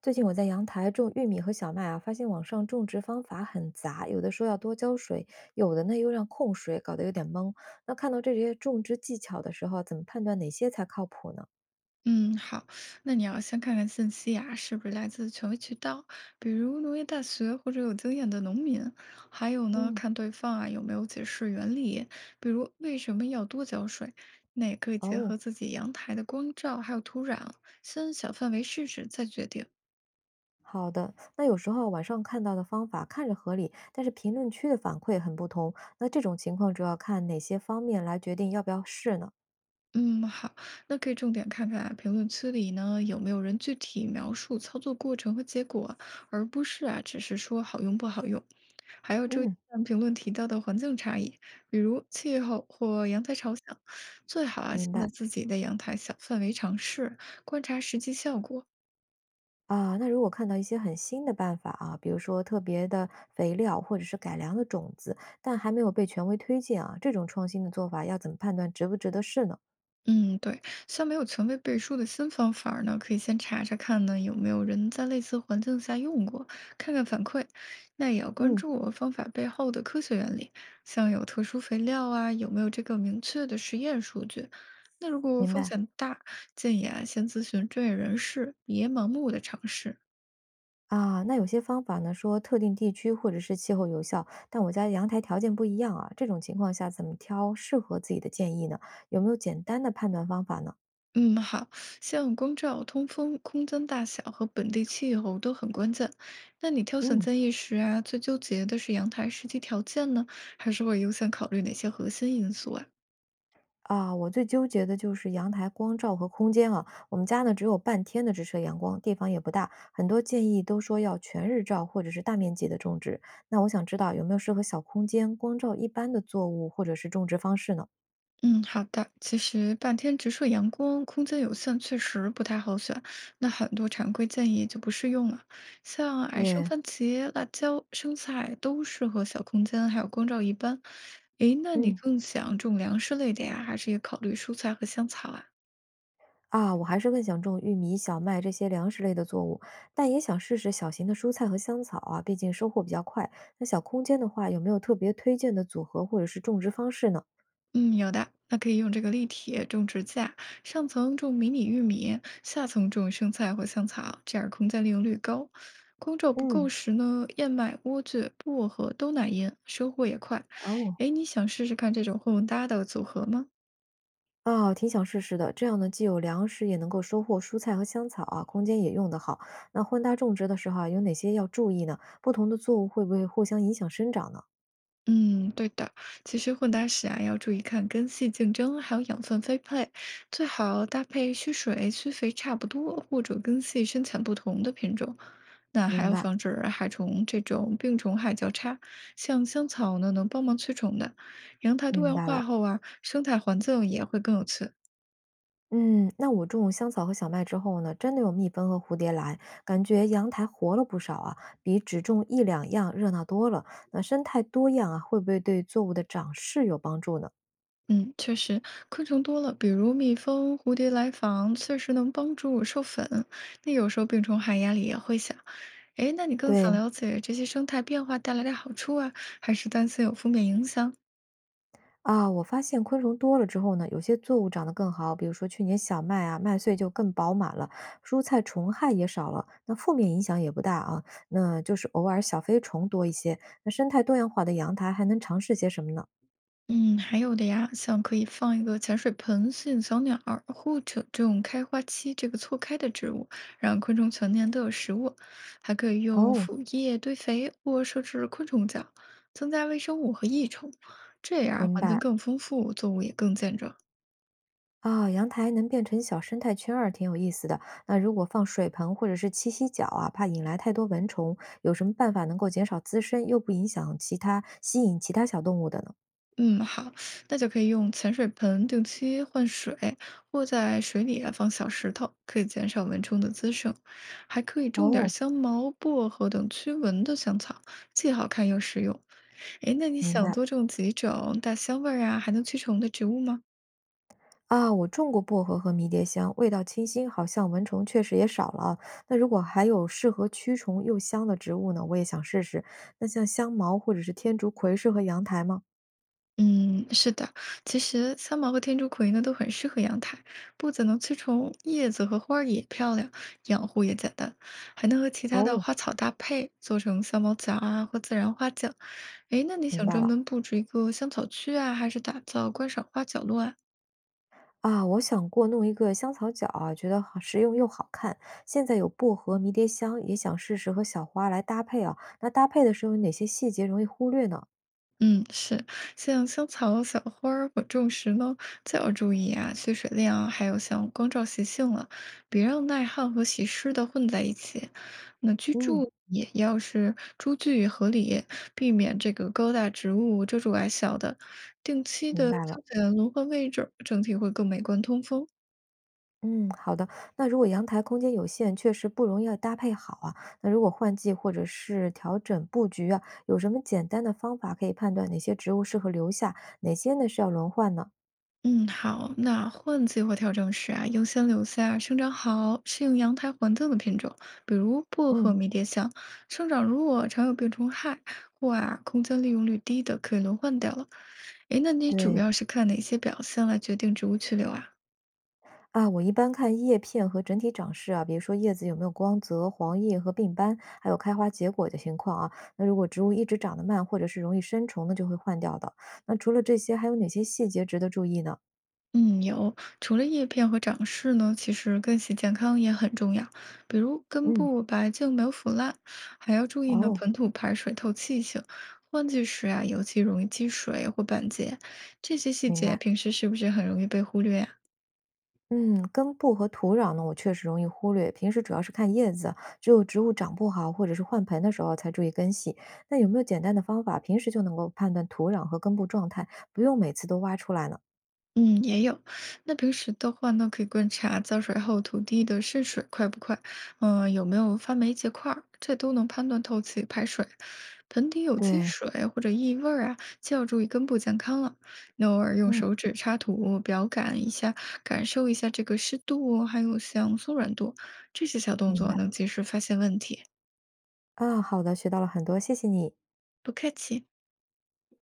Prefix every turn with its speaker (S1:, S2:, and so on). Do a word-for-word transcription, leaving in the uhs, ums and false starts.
S1: 最近我在阳台种玉米和小麦啊，发现网上种植方法很杂，有的说要多浇水，有的呢又让控水，搞得有点懵。那看到这些种植技巧的时候啊，怎么判断哪些才靠谱呢？
S2: 嗯，好，那你要先看看信息啊，是不是来自权威渠道，比如农业大学或者有经验的农民，还有呢，
S1: 嗯，
S2: 看对方啊有没有解释原理，比如为什么要多浇水，那也可以结
S1: 哦，
S2: 合自己阳台的光照还有土壤，先小范围试试再决定。
S1: 好的。那有时候网上看到的方法看着合理，但是评论区的反馈很不同。那这种情况主要看哪些方面来决定要不要试呢？
S2: 嗯，好，那可以重点看看啊，评论区里呢有没有人具体描述操作过程和结果，而不是啊只是说好用不好用。还要注意
S1: 嗯，
S2: 看评论提到的环境差异，比如气候或阳台朝向。最好啊，先
S1: 明
S2: 在
S1: 白。
S2: 自己的阳台小范围尝试，观察实际效果。
S1: 啊，那如果看到一些很新的办法啊，比如说特别的肥料或者是改良的种子，但还没有被权威推荐啊，这种创新的做法要怎么判断值不值得试呢？
S2: 嗯，对，像没有权威背书的新方法儿呢，可以先查查看呢有没有人在类似环境下用过，看看反馈。那也要关
S1: 嗯，
S2: 注我方法背后的科学原理，像有特殊肥料啊，有没有这个明确的实验数据。那如果
S1: 明
S2: 风
S1: 白。
S2: 险大，建议啊先咨询专业人士，别盲目的尝试。
S1: 啊，那有些方法呢，说特定地区或者是气候有效，但我家阳台条件不一样啊，这种情况下怎么挑适合自己的建议呢？有没有简单的判断方法呢？
S2: 嗯，好，像光照、通风、空间大小和本地气候都很关键。那你挑选
S1: 嗯
S2: 建议时啊，最纠结的是阳台实际条件呢，还是会优先考虑哪些核心因素啊？
S1: 啊，我最纠结的就是阳台光照和空间啊。我们家呢只有半天的直射阳光，地方也不大，很多建议都说要全日照或者是大面积的种植。那我想知道有没有适合小空间、光照一般的作物或者是种植方式呢？
S2: 嗯，好的。其实半天直射阳光，空间有限，确实不太好选。那很多常规建议就不适用了，像矮生
S1: 对，
S2: 番茄、辣椒、生菜都适合小空间，还有光照一般。诶，那你
S1: 嗯，
S2: 更想种粮食类的呀，还是也考虑蔬菜和香草啊？
S1: 啊，我还是更想种玉米、小麦这些粮食类的作物，但也想试试小型的蔬菜和香草啊，毕竟收获比较快。那小空间的话，有没有特别推荐的组合或者是种植方式呢？
S2: 嗯，有的，那可以用这个立体种植架，上层种迷你玉米，下层种生菜或香草，这样空间利用率高。光照不够
S1: 嗯，
S2: 时呢，燕麦、莴苣、薄荷都耐阴，收获也快。
S1: 哦，
S2: 哎，你想试试看这种混搭的组合吗？
S1: 啊，挺想试试的。这样呢，既有粮食，也能够收获蔬菜和香草啊，空间也用得好。那混搭种植的时候啊，有哪些要注意呢？不同的作物会不会互相影响生长呢？
S2: 嗯，对的。其实混搭时啊，要注意看根系竞争，还有养分分配，最好搭配需水、需肥差不多，或者根系生产不同的品种。那还
S1: 明
S2: 要
S1: 白，
S2: 防止害虫这种病虫害交叉，像香草呢，能帮忙驱虫的。阳台多
S1: 明
S2: 样
S1: 白
S2: 化
S1: 了。
S2: 后啊，生态环境也会更有趣。
S1: 嗯，那我种香草和小麦之后呢，真的有蜜蜂和蝴蝶来，感觉阳台活了不少啊，比只种一两样热闹多了。那生态多样啊，会不会对作物的长势有帮助呢？
S2: 嗯，确实，昆虫多了，比如蜜蜂、蝴蝶来访，确实能帮助我授粉。那有时候病虫害压力也会小。哎，那你更
S1: 对，
S2: 想了解这些生态变化带来的好处啊，还是担心有负面影响？
S1: 啊，我发现昆虫多了之后呢，有些作物长得更好，比如说去年小麦啊，麦穗就更饱满了，蔬菜虫害也少了，那负面影响也不大啊。那就是偶尔小飞虫多一些，那生态多样化的阳台还能尝试些什么呢？
S2: 嗯，还有的呀，像可以放一个潜水盆吸引小鸟儿，或者这种开花期这个错开的植物，让昆虫全年都有食物。还可以用
S1: 哦，
S2: 腐叶堆肥或设置昆虫角，增加微生物和益虫，这样
S1: 明
S2: 环境
S1: 白。
S2: 更丰富，作物也更健壮。
S1: 啊，阳台能变成小生态圈儿，挺有意思的。那如果放水盆或者是栖息角啊，怕引来太多蚊虫，有什么办法能够减少滋生，又不影响其他，吸引其他小动物的呢？
S2: 嗯，好，那就可以用潜水盆定期换水，或在水里啊放小石头，可以减少蚊虫的滋生。还可以种点
S1: 哦，
S2: 香茅、薄荷等驱蚊的香草，既好看又实用。诶，那你
S1: 明
S2: 想
S1: 白。
S2: 多种几种带香味儿啊，还能驱虫的植物吗？
S1: 啊，我种过薄荷和迷迭香，味道清新，好像蚊虫确实也少了啊。那如果还有适合驱虫又香的植物呢，我也想试试。那像香茅或者是天竺葵适合阳台吗？
S2: 嗯，是的，其实三毛和天竺葵呢都很适合阳台，不仅能驱虫，叶子和花儿也漂亮，养护也简单，还能和其他的
S1: 哦，
S2: 花草搭配，做成三毛夹啊或自然花酱。诶，那你
S1: 明
S2: 想
S1: 白
S2: 专
S1: 了。
S2: 门布置一个香草区啊，还是打造观赏花角落啊？
S1: 啊，我想过弄一个香草角啊，觉得好实用又好看。现在有薄荷、迷迭香，也想试试和小花来搭配啊。那搭配的时候有哪些细节容易忽略呢？
S2: 嗯，是，像香草、小花儿或种时呢，就要注意啊，缺水量，还有像光照习性了，别让耐旱和喜湿的混在一起。那居
S1: 嗯，
S2: 住也要是株距合理，避免这个高大植物遮住矮小的，定期
S1: 明
S2: 的
S1: 白了。
S2: 修剪轮换位置，整体会更美观通风。
S1: 嗯，好的。那如果阳台空间有限，确实不容易搭配好啊。那如果换季或者是调整布局啊，有什么简单的方法可以判断哪些植物适合留下，哪些呢是要轮换呢？
S2: 嗯，好，那换季或调整时啊，优先留下生长好、适应阳台环境的品种，比如薄荷、
S1: 嗯，
S2: 迷迭香。生长弱、常有病虫害或啊空间利用率低的，可以轮换掉了。诶，那你主
S1: 对
S2: 要是看哪些表现来决定植物去留啊？
S1: 啊，我一般看叶片和整体长势啊，比如说叶子有没有光泽、黄叶和病斑，还有开花结果的情况啊。那如果植物一直长得慢，或者是容易生虫那就会换掉的。那除了这些，还有哪些细节值得注意呢？
S2: 嗯，有。除了叶片和长势呢，其实根系健康也很重要，比如根
S1: 嗯，
S2: 部白净没有腐烂，还要注意呢
S1: 哦，
S2: 盆土排水透气性。换季时啊，尤其容易积水或板结，这些细
S1: 明
S2: 节
S1: 白。
S2: 平时是不是很容易被忽略呀？
S1: 嗯，根部和土壤呢，我确实容易忽略，平时主要是看叶子，只有植物长不好或者是换盆的时候才注意根系。那有没有简单的方法，平时就能够判断土壤和根部状态，不用每次都挖出来呢？
S2: 嗯，也有。那平时的话呢，可以观察浇水后土地的渗水快不快，嗯、有没有发霉结块儿，这都能判断透气排水。盆底有积
S1: 对，
S2: 水或者异味儿啊，就要注意根部健康了。那偶尔用
S1: 嗯，
S2: 手指插土，表感一下，感受一下这个湿度，还有像松软度，这些小动
S1: 明
S2: 作
S1: 白。
S2: 能及时发现问题。
S1: 啊，好的，学到了很多，谢谢你。
S2: 不客气。